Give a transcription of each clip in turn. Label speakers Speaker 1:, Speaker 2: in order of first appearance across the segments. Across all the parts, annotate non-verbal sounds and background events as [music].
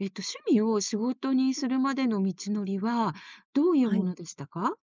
Speaker 1: 趣味を仕事にするまでの道のりは、どういう
Speaker 2: は
Speaker 1: も
Speaker 2: い。
Speaker 1: のでしたか？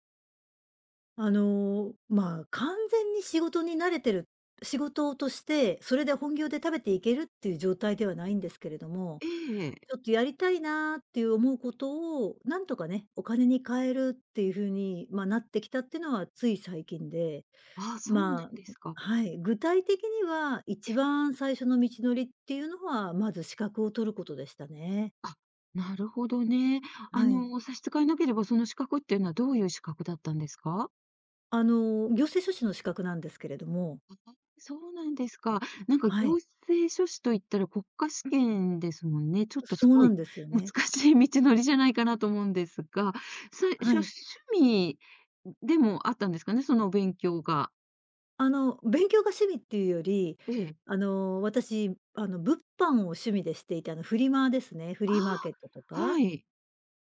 Speaker 2: 完全に仕事に慣れてる仕事として、それで本業で食べていけるっていう状態ではないんですけれども、
Speaker 1: ええ、
Speaker 2: ちょっとやりたいなーっていう思うことを、なんとかね、お金に換えるっていう風に、なってきたっていうのはつい最近で、
Speaker 1: ああ、そうなんですか。
Speaker 2: はい、具体的には一番最初の道のりっていうのは、まず資格を取ることでしたね。
Speaker 1: あ、なるほどね。あ
Speaker 2: はい。
Speaker 1: の、差し支えなければ、その資格っていうのはどういう資格だったんですか？
Speaker 2: 行政書士の資格なんですけれども、
Speaker 1: あ、そうなんですか。なんか
Speaker 2: は
Speaker 1: 行
Speaker 2: い、
Speaker 1: 政書士といったら国家試験ですもんね。ちょっと
Speaker 2: そ
Speaker 1: す
Speaker 2: う
Speaker 1: ご
Speaker 2: な
Speaker 1: い
Speaker 2: んですよね。
Speaker 1: 難しい道のりじゃないかなと思うんですが、さいし
Speaker 2: は
Speaker 1: ょ
Speaker 2: い。
Speaker 1: 趣味でもあったんですかね？その勉強が。
Speaker 2: 勉強が趣味っていうより、
Speaker 1: ええ。
Speaker 2: 私、物販を趣味でしていて、フリマですね、フ
Speaker 1: あ
Speaker 2: リーマーケットと
Speaker 1: あ、
Speaker 2: か。
Speaker 1: はい。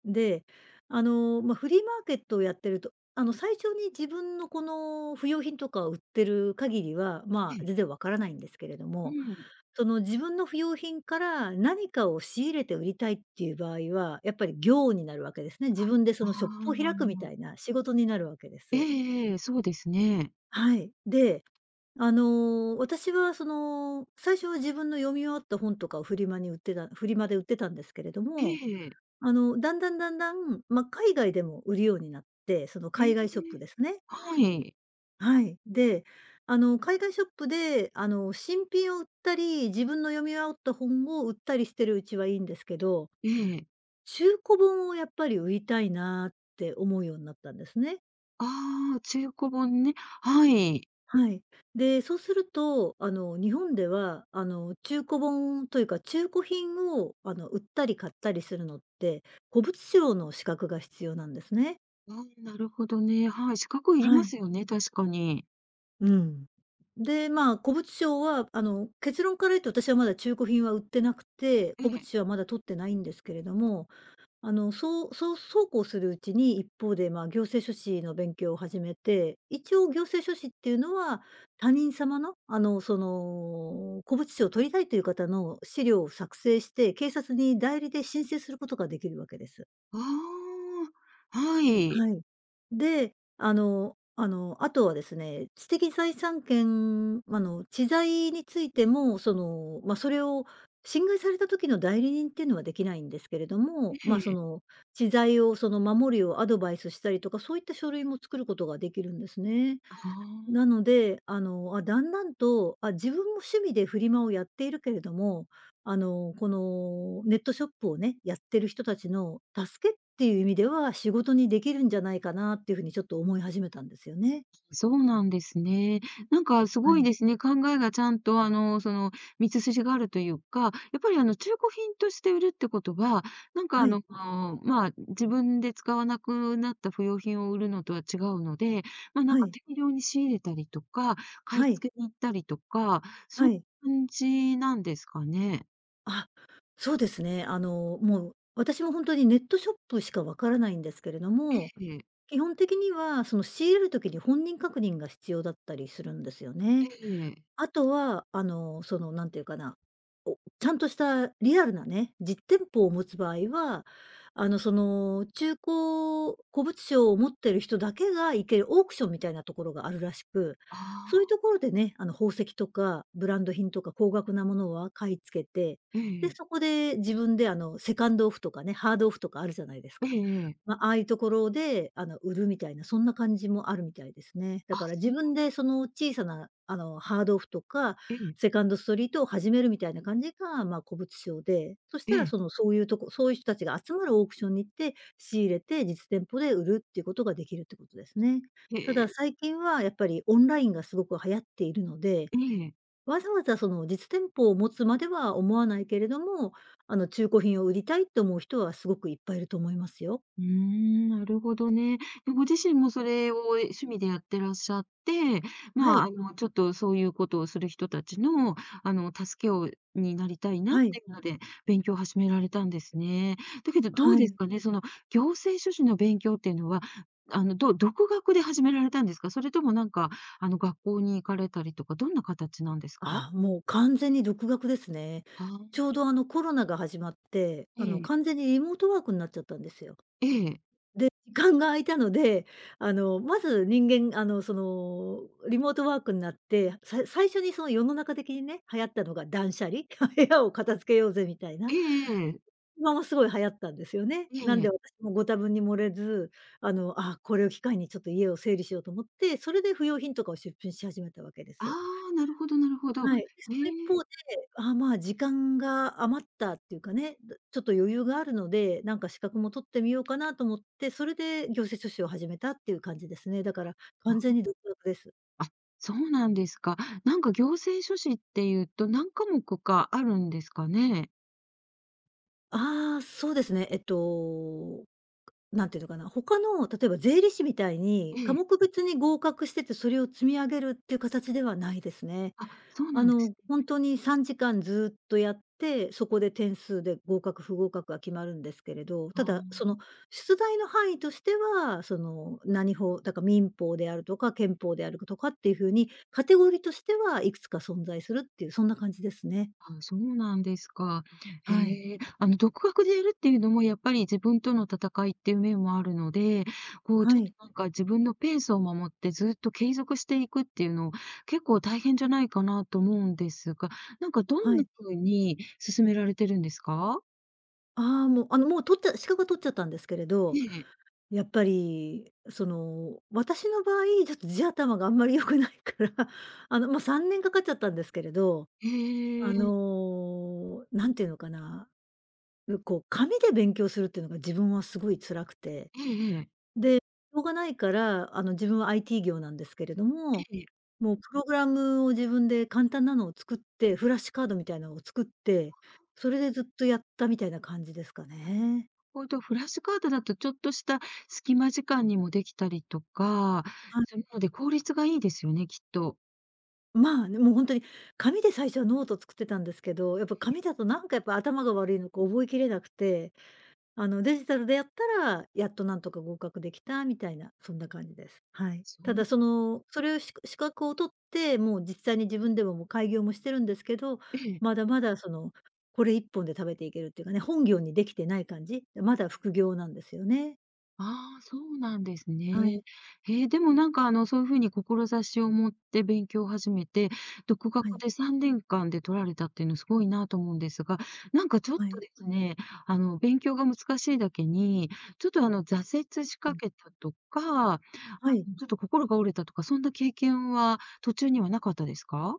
Speaker 2: で、フリーマーケットをやってると、最初に自分のこの不用品とかを売ってる限りは、
Speaker 1: ええ。
Speaker 2: 全然わからないんですけれど
Speaker 1: う
Speaker 2: も、
Speaker 1: ん。
Speaker 2: その自分の不用品から何かを仕入れて売りたいっていう場合は、やっぱり業になるわけですね。自分でそのショップを
Speaker 1: あ
Speaker 2: 開くみたい
Speaker 1: あ。
Speaker 2: な仕事になるわけで
Speaker 1: ええ、
Speaker 2: す。
Speaker 1: ええ、ええ、そうですね。
Speaker 2: はい。で、私はその、最初は自分の読み終わった本とかをフリマで売ってたんですけれど
Speaker 1: え
Speaker 2: も、
Speaker 1: え。
Speaker 2: だんだん、海外でも売るようになって、その
Speaker 1: え
Speaker 2: 海外ショップ
Speaker 1: え。
Speaker 2: ですね。
Speaker 1: はい。
Speaker 2: はい。で、海外ショップで、新品を売ったり、自分の読み終わった本を売ったりしてるうちはいいんですけど、
Speaker 1: ええ。
Speaker 2: 中古本をやっぱり売りたいなって思うようになったんですね。
Speaker 1: ああ、中古本ね。はい。
Speaker 2: はい。で、そうすると、日本では、中古本というか、中古品を、売ったり買ったりするのって、古物商の資格が必要なんですね。
Speaker 1: あーなるほどね。はい、資格いり
Speaker 2: は
Speaker 1: ま
Speaker 2: い。
Speaker 1: すよね、確かに。
Speaker 2: うん。で、古物商は、結論から言うと私はまだ中古品は売ってなくて、
Speaker 1: え
Speaker 2: 古物
Speaker 1: え。
Speaker 2: 商はまだ取ってないんですけれども、そうそうそうこうするうちに、一方で、行政書士の勉強を始めて、一応行政書士っていうのは、他人様の、その、古物商を取りたいという方の資料を作成して、警察に代理で申請することができるわけです。
Speaker 1: ああ、はい。
Speaker 2: はい。で、あとはですね、知的財産権知財についても、その、それを侵害された時の代理人っていうのはできないんですけれど
Speaker 1: え
Speaker 2: も、
Speaker 1: え。
Speaker 2: 知財をその守りをアドバイスしたりとか、そういった書類も作ることができるんですね。
Speaker 1: ああ。
Speaker 2: なので、だんだんと、自分も趣味でフリマをやっているけれども、このネットショップをね、やってる人たちの助けっていう意味では、仕事にできるんじゃないかなっていうふうにちょっと思い始めたんですよね。
Speaker 1: そうなんですね。なんかす
Speaker 2: は
Speaker 1: ご
Speaker 2: い。
Speaker 1: いですね。考えがちゃんと、道筋があるというか、やっぱり中古品として売るってことは、
Speaker 2: はい。
Speaker 1: 自分で使わなくなった不要品を売るのとは違うので、
Speaker 2: はい。
Speaker 1: 大量に仕入れたりとか、買い
Speaker 2: はい。
Speaker 1: 付けに行ったりとか、そ
Speaker 2: は
Speaker 1: ん
Speaker 2: い。
Speaker 1: な感じなんですかね。
Speaker 2: あ、そうですね。もう私も本当にネットショップしかわからないんですけれど
Speaker 1: え
Speaker 2: も、
Speaker 1: え、
Speaker 2: 基本的にはその仕入れるときに本人確認が必要だったりするんですよね。
Speaker 1: ええ、
Speaker 2: あとは、その、なんていうかな、ちゃんとしたリアルなね、実店舗を持つ場合は、その、中古古物商を持ってる人だけが行けるオークションみたいなところがあるらしく、そういう
Speaker 1: あ
Speaker 2: とこ
Speaker 1: あ、
Speaker 2: ろでね、宝石とかブランド品とか高額なものは買い付けて、
Speaker 1: え
Speaker 2: で、
Speaker 1: え、
Speaker 2: そこで自分で、セカンドオフとかね、ハードオフとかあるじゃないです
Speaker 1: え
Speaker 2: か。
Speaker 1: え、ええ、
Speaker 2: ああいうところで、売るみたいな、そんな感じもあるみたいですね。だ
Speaker 1: あ、
Speaker 2: から自
Speaker 1: そう、
Speaker 2: 分でその小さな、ハードオフとか、
Speaker 1: ええ、
Speaker 2: セカンドストリートを始めるみたいな感じが、古物商で、そし
Speaker 1: え
Speaker 2: たら
Speaker 1: え、
Speaker 2: その、そういうとこそういう人たちが集まるオークションに行って、仕入れて実店舗で売るっていうことができるってことですね。
Speaker 1: え
Speaker 2: ただ
Speaker 1: え、
Speaker 2: 最近はやっぱりオンラインがすごく流行っているので、
Speaker 1: ええ。
Speaker 2: わざわざその実店舗を持つまでは思わないけれども、中古品を売りたいと思う人はすごくいっぱいいると思いますよ。
Speaker 1: うーん、なるほどね。で、ご自身もそれを趣味でやってらっしゃって、
Speaker 2: は
Speaker 1: まあ、
Speaker 2: い。
Speaker 1: あの、ちょっとそういうことをする人たちの、助けをになりたいなっ
Speaker 2: はい、
Speaker 1: ていうので、勉強を始められたんですね。だけどどう
Speaker 2: は
Speaker 1: です
Speaker 2: い。
Speaker 1: かね、その行政書士の勉強っていうのは、ど独学で始められたんですか？それとも、学校に行かれたりとか、どんな形なんですか？
Speaker 2: ああ、もう完全に独学ですね。
Speaker 1: あ
Speaker 2: ち
Speaker 1: あ、
Speaker 2: ょうどあのコロナが始まって、
Speaker 1: え
Speaker 2: あの
Speaker 1: え、
Speaker 2: 完全にリモートワークになっちゃったんですよ。
Speaker 1: ええ、
Speaker 2: 時間が空いたので、あのまず人間、あのそのリモートワークになって、最初にその世の中的にね、流行ったのが断捨離、[laughs] 部屋を片付けようぜみたいな、
Speaker 1: ええ、ええ、
Speaker 2: 今もすごい流行ったんですよね。
Speaker 1: え
Speaker 2: なん
Speaker 1: え、
Speaker 2: で私
Speaker 1: ええ、
Speaker 2: もご多分に漏れず、これを機会にちょっと家を整理しようと思って、それで不要品とかを出品し始めたわけで
Speaker 1: あ
Speaker 2: す。
Speaker 1: あ、なるほど、なるほど。
Speaker 2: はい。で、そ
Speaker 1: え
Speaker 2: の一方
Speaker 1: え。
Speaker 2: で、時間が余ったっていうかね、ちょっと余裕があるので、なんか資格も取ってみようかなと思って、それで行政書士を始めたっていう感じですね。だから完全に独学です。
Speaker 1: あ、そうなんですか。なんか行政書士っていうと何科目かあるんですかね？
Speaker 2: そうですね。なんていうのかな、他の例えば税理士みたいに、
Speaker 1: え
Speaker 2: 科
Speaker 1: え。
Speaker 2: 目別に合格してて、それを積み上げるっていう形ではないですね。
Speaker 1: あ、そうなんですね。
Speaker 2: ほんに3時間ずっとやって、そこで点数で合格不合格が決まるんですけれど、ただ、
Speaker 1: あ
Speaker 2: その出題の範囲としては、その、何法、だから民法であるとか憲法であるとかっていう風に、カテゴリーとしてはいくつか存在するっていう、そんな感じですね。
Speaker 1: ーあ、そうなんですか。へ
Speaker 2: はい。
Speaker 1: え。あの、独学でやるっていうのもやっぱり自分との戦いっていう面もあるので、こう
Speaker 2: は
Speaker 1: ちょっ
Speaker 2: い。
Speaker 1: と自分のペースを守ってずっと継続していくっていうの、結構大変じゃないかなと思うんですが、どん
Speaker 2: は
Speaker 1: な
Speaker 2: い。
Speaker 1: 風に進められてるんですか？
Speaker 2: ああ、もう、あの、もう取っちゃ資格は取っちゃったんですけれど、
Speaker 1: え
Speaker 2: やっぱり、その、私の場合、ちょっと地頭があんまり良くないから、[laughs] 3年かかっちゃったんですけれどなんていうのかな、こう、紙で勉強するっていうのが自分はすごい辛くて、
Speaker 1: え、ええ、ええ。
Speaker 2: で、しょうがないから、自分は IT 業なんですけれど
Speaker 1: え
Speaker 2: も、
Speaker 1: え。
Speaker 2: もうプログラムを自分で簡単なのを作って、フラッシュカードみたいなのを作って、それでずっとやったみたいな感じですかね。
Speaker 1: ほんと、フラッシュカードだとちょっとした隙間時間にもできたりとか
Speaker 2: はい。
Speaker 1: するので、効率がいいですよね、きっと。
Speaker 2: もう本当に紙で最初はノート作ってたんですけど、やっぱ紙だとなんかやっぱ頭が悪いのか覚えきれなくてデジタルでやったら、やっとなんとか合格できたみたいな、そんな感じです。はい。
Speaker 1: そう
Speaker 2: た
Speaker 1: な、
Speaker 2: だその、それをし資格を取って、もう実際に自分でももう開業もしてるんですけど、
Speaker 1: ええ。
Speaker 2: まだまだその、これ一本で食べていけるっていうかね、本業にできてない感じ、まだ副業なんですよね。
Speaker 1: ああ、そうなんです
Speaker 2: は
Speaker 1: ね。
Speaker 2: い、
Speaker 1: へえ、でもそういう風に志を持って勉強を始めて、独
Speaker 2: は
Speaker 1: 学
Speaker 2: い、
Speaker 1: で3年間で取られたっていうのすごいなと思うんですが、なんかちょっ
Speaker 2: は
Speaker 1: と
Speaker 2: い。
Speaker 1: ですね、勉強が難しいだけに、ちょっと挫折し
Speaker 2: う
Speaker 1: か
Speaker 2: ん、
Speaker 1: けたとか、
Speaker 2: はい。
Speaker 1: ちょっと心が折れたとか、そんな経験は途中にはなかったですか？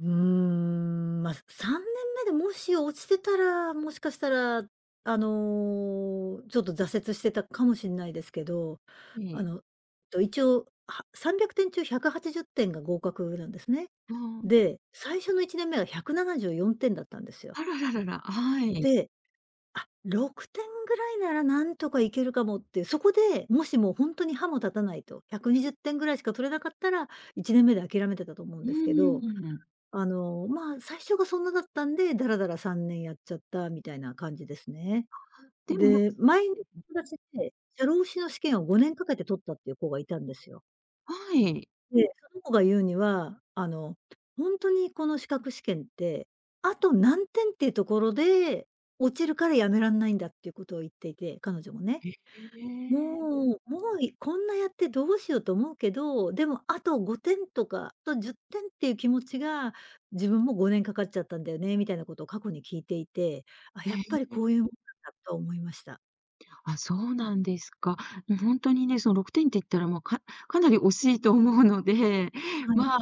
Speaker 2: うーん、3年目でもし落ちてたら、もしかしたら、ちょっと挫折してたかもしれないですけど、
Speaker 1: え
Speaker 2: あ
Speaker 1: え、
Speaker 2: の、一応、300点中180点が合格なんですね。
Speaker 1: ああ、
Speaker 2: で、最初の1年目は174点だったんですよ。
Speaker 1: あらららら、はい。
Speaker 2: で、あ、6点ぐらいならなんとかいけるかもって、そこで、もしもう本当に歯も立たないと、120点ぐらいしか取れなかったら、1年目で諦めてたと思うん
Speaker 1: う
Speaker 2: ですけ
Speaker 1: ー
Speaker 2: ど
Speaker 1: ん。
Speaker 2: まあ、最初がそんなだったんで、だらだら3年やっちゃったみたいな感じですね。
Speaker 1: でも、
Speaker 2: で、前の友達で、社労士の試験を5年かけて取ったっていう子がいたんですよ。
Speaker 1: はい。
Speaker 2: で、その子が言うには、ほんとにこの資格試験って、あと何点っていうところで落ちるからやめらんないんだっていうことを言っていて、彼女もね。
Speaker 1: へえ。
Speaker 2: もう、もう、いこんなやってどうしようと思うけど、でもあと5点とか、あと10点ってんっていう気持ちが、自分も5年かかっちゃったんだよね、みたいなことを過去に聞いていて、あ、
Speaker 1: え
Speaker 2: やっぱり
Speaker 1: え、
Speaker 2: こういうもんなんだと思いました。
Speaker 1: あ、そうなんですか。もうほんとにね、その6点って言ったら、もうか、かなり惜しいと思うので、
Speaker 2: は
Speaker 1: [laughs]
Speaker 2: い。
Speaker 1: まあ、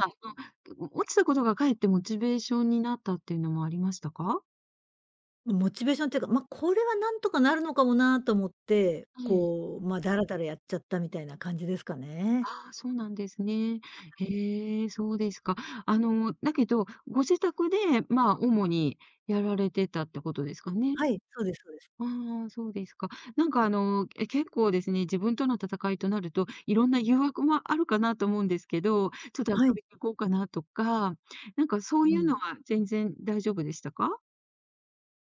Speaker 1: その、落ちたことがかえってモチベーションになったっていうのもありましたか？
Speaker 2: モチベーションっていうか、ま、これはなんとかなるのかもなと思って、
Speaker 1: ええ、
Speaker 2: こう、ま、だらだらやっちゃったみたいな感じですかね。
Speaker 1: ああ、そうなんですね。
Speaker 2: はい。
Speaker 1: へえ、そうですか。あの、だけど、ご自宅で、まあ、主にやられてたってことですかね？
Speaker 2: はい、そうですそうです。
Speaker 1: ああ、そうですか。結構ですね、自分との戦いとなると、いろんな誘惑もあるかなと思うんですけど、ちょっと遊
Speaker 2: はい。
Speaker 1: びに行こうかなとか、そう
Speaker 2: う
Speaker 1: いうの
Speaker 2: ん。
Speaker 1: は全然大丈夫でしたか？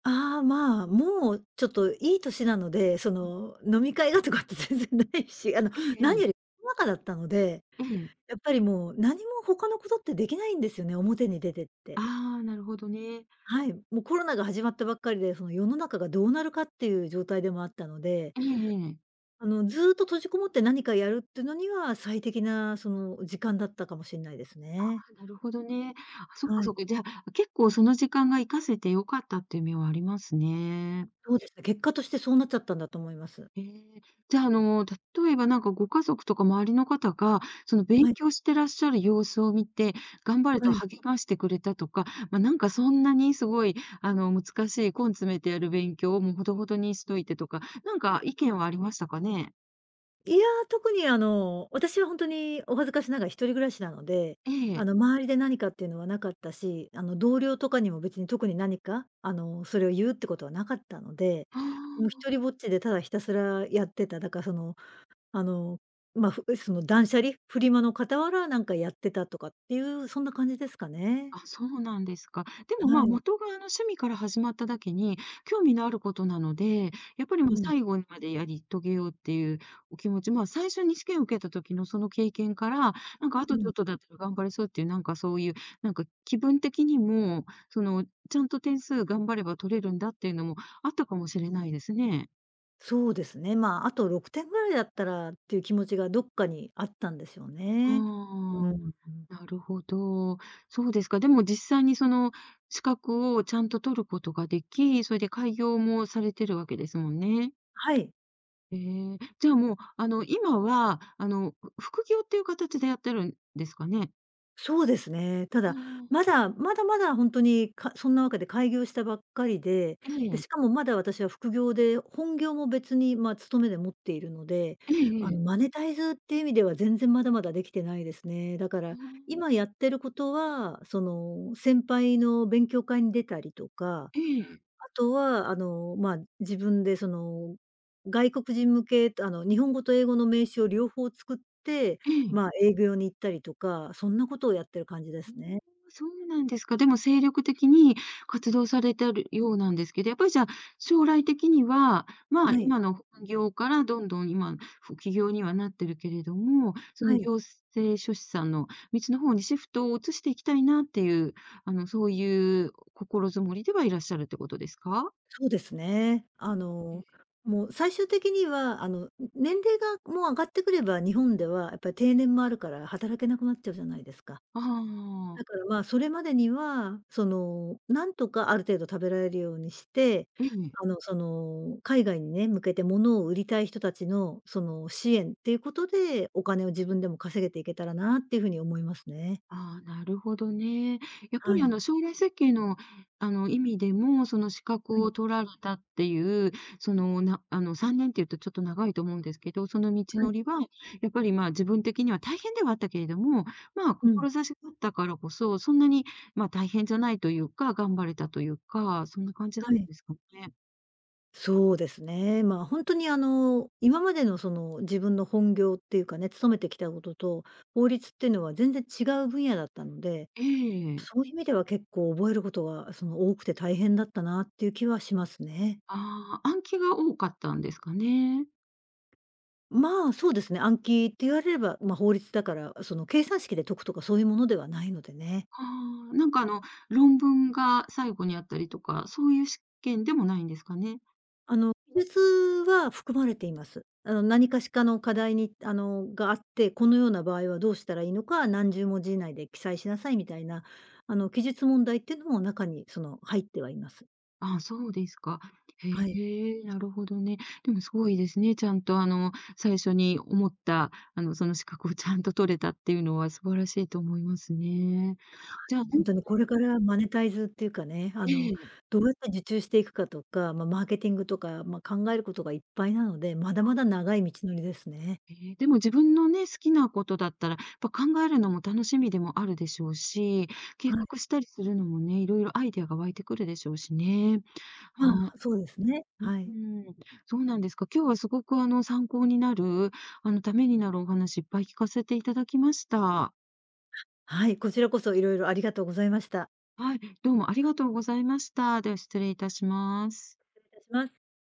Speaker 2: ああ、まあ、もうちょっといい年なので、そ
Speaker 1: うん。
Speaker 2: の、飲み会がとかって全然ないし、
Speaker 1: ええ、
Speaker 2: 何
Speaker 1: え
Speaker 2: より
Speaker 1: え。
Speaker 2: コロナ禍だったので、
Speaker 1: ええ。
Speaker 2: やっぱりもう何も他のことってできないんですよね、表に出てって。
Speaker 1: ああ、なるほどね。
Speaker 2: はい、もうコロナが始まったばっかりで、その世の中がどうなるかっていう状態でもあったので、
Speaker 1: ええ、
Speaker 2: ずーっと閉じこもって何かやるっていうのには最適なその時間だったかもしれないですね。
Speaker 1: あ、なるほどね。あ、そっか、
Speaker 2: はい、
Speaker 1: そっか。じゃあ、結構その時間が活かせて良かったっていう面はありますね。
Speaker 2: そうですね、結果としてそうなっちゃったんだと思います。
Speaker 1: ええ、じゃあ、例えばご家族とか周りの方が、その勉
Speaker 2: はい、
Speaker 1: 強してらっしゃる様子を見て、頑張れ
Speaker 2: は
Speaker 1: と
Speaker 2: い。
Speaker 1: 励ましてくれたとか、まあ、なんかそんなにすごい、あの、難しい根詰めてやる勉強をもうほどほどにしといてとか、意見はありましたかね？
Speaker 2: いや、特に私は本当にお恥ずかしながら一人暮らしなので、
Speaker 1: ええ、
Speaker 2: 周りで何かっていうのはなかったし、同僚とかにも別に特に何か、それを言うってことはなかったので、
Speaker 1: あ
Speaker 2: もう
Speaker 1: あ。
Speaker 2: 一人ぼっちでただひたすらやってた。だからその、あの、まあ、ふその断捨離、フリマの傍らなんかやってたとかっていう、そんな感じですかね。
Speaker 1: あ、そうなんですか。でも、ま
Speaker 2: は
Speaker 1: あ、
Speaker 2: い。
Speaker 1: 元があの趣味から始まっただけに、興味のあることなので、やっぱり、
Speaker 2: う
Speaker 1: まあ、
Speaker 2: ん、
Speaker 1: 最後までやり遂げようっていうお気持ち、まあ、最初に試験を受けた時のその経験から、あ
Speaker 2: う
Speaker 1: とちょ
Speaker 2: ん。
Speaker 1: っとだったら頑張れそうっていう、気分的にも、その、ちゃんと点数頑張れば取れるんだっていうのもあったかもしれないですね。
Speaker 2: そうですね。まあ、あと6点ぐらいだったらっていう気持ちがどっかにあったんでしょうね。
Speaker 1: ああ。
Speaker 2: うん。
Speaker 1: なるほど。そうですか。でも実際にその資格をちゃんと取ることができ、それで開業もされてるわけですもんね。
Speaker 2: はい。
Speaker 1: ええ、じゃあもう、今は、副業っていう形でやってるんですかね？
Speaker 2: そうですね。た
Speaker 1: あ
Speaker 2: だ、ま
Speaker 1: あ、
Speaker 2: だまだまだ本当に、かそんなわけで開業したばっかりで、
Speaker 1: え
Speaker 2: で、
Speaker 1: え。
Speaker 2: しかもまだ私は副業で、本業も別に、まあ、勤めで持っているので、
Speaker 1: ええ、ええ。
Speaker 2: マネタイズっていう意味では全然まだまだできてないですね。だか
Speaker 1: あ
Speaker 2: ら、
Speaker 1: あ、
Speaker 2: 今やってることは、その、先輩の勉強会に出たりとか、
Speaker 1: ええ、
Speaker 2: あとは、まあ、自分でその、外国人向けあの、日本語と英語の名詞を両方作って、
Speaker 1: え
Speaker 2: まあ、
Speaker 1: え。
Speaker 2: 営業に行ったりとか、そんなことをやってる感じで
Speaker 1: うーん、
Speaker 2: すね。
Speaker 1: そうなんですか。でも精力的に活動されてるようなんですけど、やっぱりじゃあ、将来的には、まあ、
Speaker 2: はい、
Speaker 1: 今の本業からどんどん今、副起業にはなってるけれども、そ
Speaker 2: は
Speaker 1: の
Speaker 2: い、
Speaker 1: 行政書士さんの道の方にシフトを移していきたいなっていう、そういう心づもりではいらっしゃるってことですか？
Speaker 2: そうですね。
Speaker 1: え、
Speaker 2: もう最終的には、年齢がもう上がってくれば、日本ではやっぱり定年もあるから働けなくなっちゃうじゃないですか。
Speaker 1: ああ、
Speaker 2: だ
Speaker 1: ー、
Speaker 2: から、まあ、それまでには、その、なんとかある程度食べられるようにして、
Speaker 1: ええ。
Speaker 2: その、海外にね、向けて物を売りたい人たちの、その、支援っていうことで、お金を自分でも稼げていけたらなっていう風に思いますね。
Speaker 1: ああ、なるほどね。やっぱ
Speaker 2: は
Speaker 1: り
Speaker 2: い。
Speaker 1: 将来設計のあの意味でも、その資
Speaker 2: は
Speaker 1: 格
Speaker 2: い。
Speaker 1: を取られたっていう、そのなあの3年っていうとちょっと長いと思うんですけど、その道
Speaker 2: はい。
Speaker 1: のりはやっぱりまあ自分的には大変ではあったけれども、まあ
Speaker 2: うん。
Speaker 1: 志があったからこそ、そんなにまあ大変じゃないというか、頑張れたというか、そんな感じだ
Speaker 2: は
Speaker 1: ったん
Speaker 2: い。
Speaker 1: ですかね。
Speaker 2: そうですね。まあ、本当に、今までの、その、自分の本業っていうかね、勤めてきたことと、法律っていうのは全然違う分野だったので、
Speaker 1: ええ。
Speaker 2: そういう意味では結構覚えることが、その、多くて大変だったなっていう気はしますね。
Speaker 1: ああ、暗記が多かったんですかね。
Speaker 2: まあ、そうですね、暗記って言われれば、まあ、法律だから、その、計算式で解くとかそういうものではないのでね。
Speaker 1: ああ、論文が最後にあったりとか、そういう試験でもないんですかね？
Speaker 2: 記述は含まれています。何かしかの課題に、あの、があって、このような場合はどうしたらいいのか、何十文字以内で記載しなさいみたいな、記述問題っていうのも中に、その、入ってはいます。
Speaker 1: ああ、そうですか。へ
Speaker 2: はい。
Speaker 1: え、なるほどね。でもすごいですね。ちゃんと最初に思った、その資格をちゃんと取れたっていうのは素晴らしいと思いますね。じゃあ、
Speaker 2: 本当にこれからマネタイズっていうかね、
Speaker 1: ええ、
Speaker 2: どうやって受注していくかとか、まあ、マーケティングとか、まあ、考えることがいっぱいなので、まだまだ長い道のりですね。
Speaker 1: ええ、でも自分のね、好きなことだったら、やっぱ考えるのも楽しみでもあるでしょうし、計
Speaker 2: はい。
Speaker 1: 画したりするのもね、いろいろアイデアが湧いてくるでしょうしね。
Speaker 2: まあ、そうですね。
Speaker 1: う
Speaker 2: はい。
Speaker 1: ーん、そうなんですか。今日はすごく参考になる、ためになるお話いっぱい聞かせていただきました。
Speaker 2: はい、こちらこそいろいろありがとうございました。
Speaker 1: はい、どうもありがとうございました。では失礼いたします。
Speaker 2: 失礼いたします。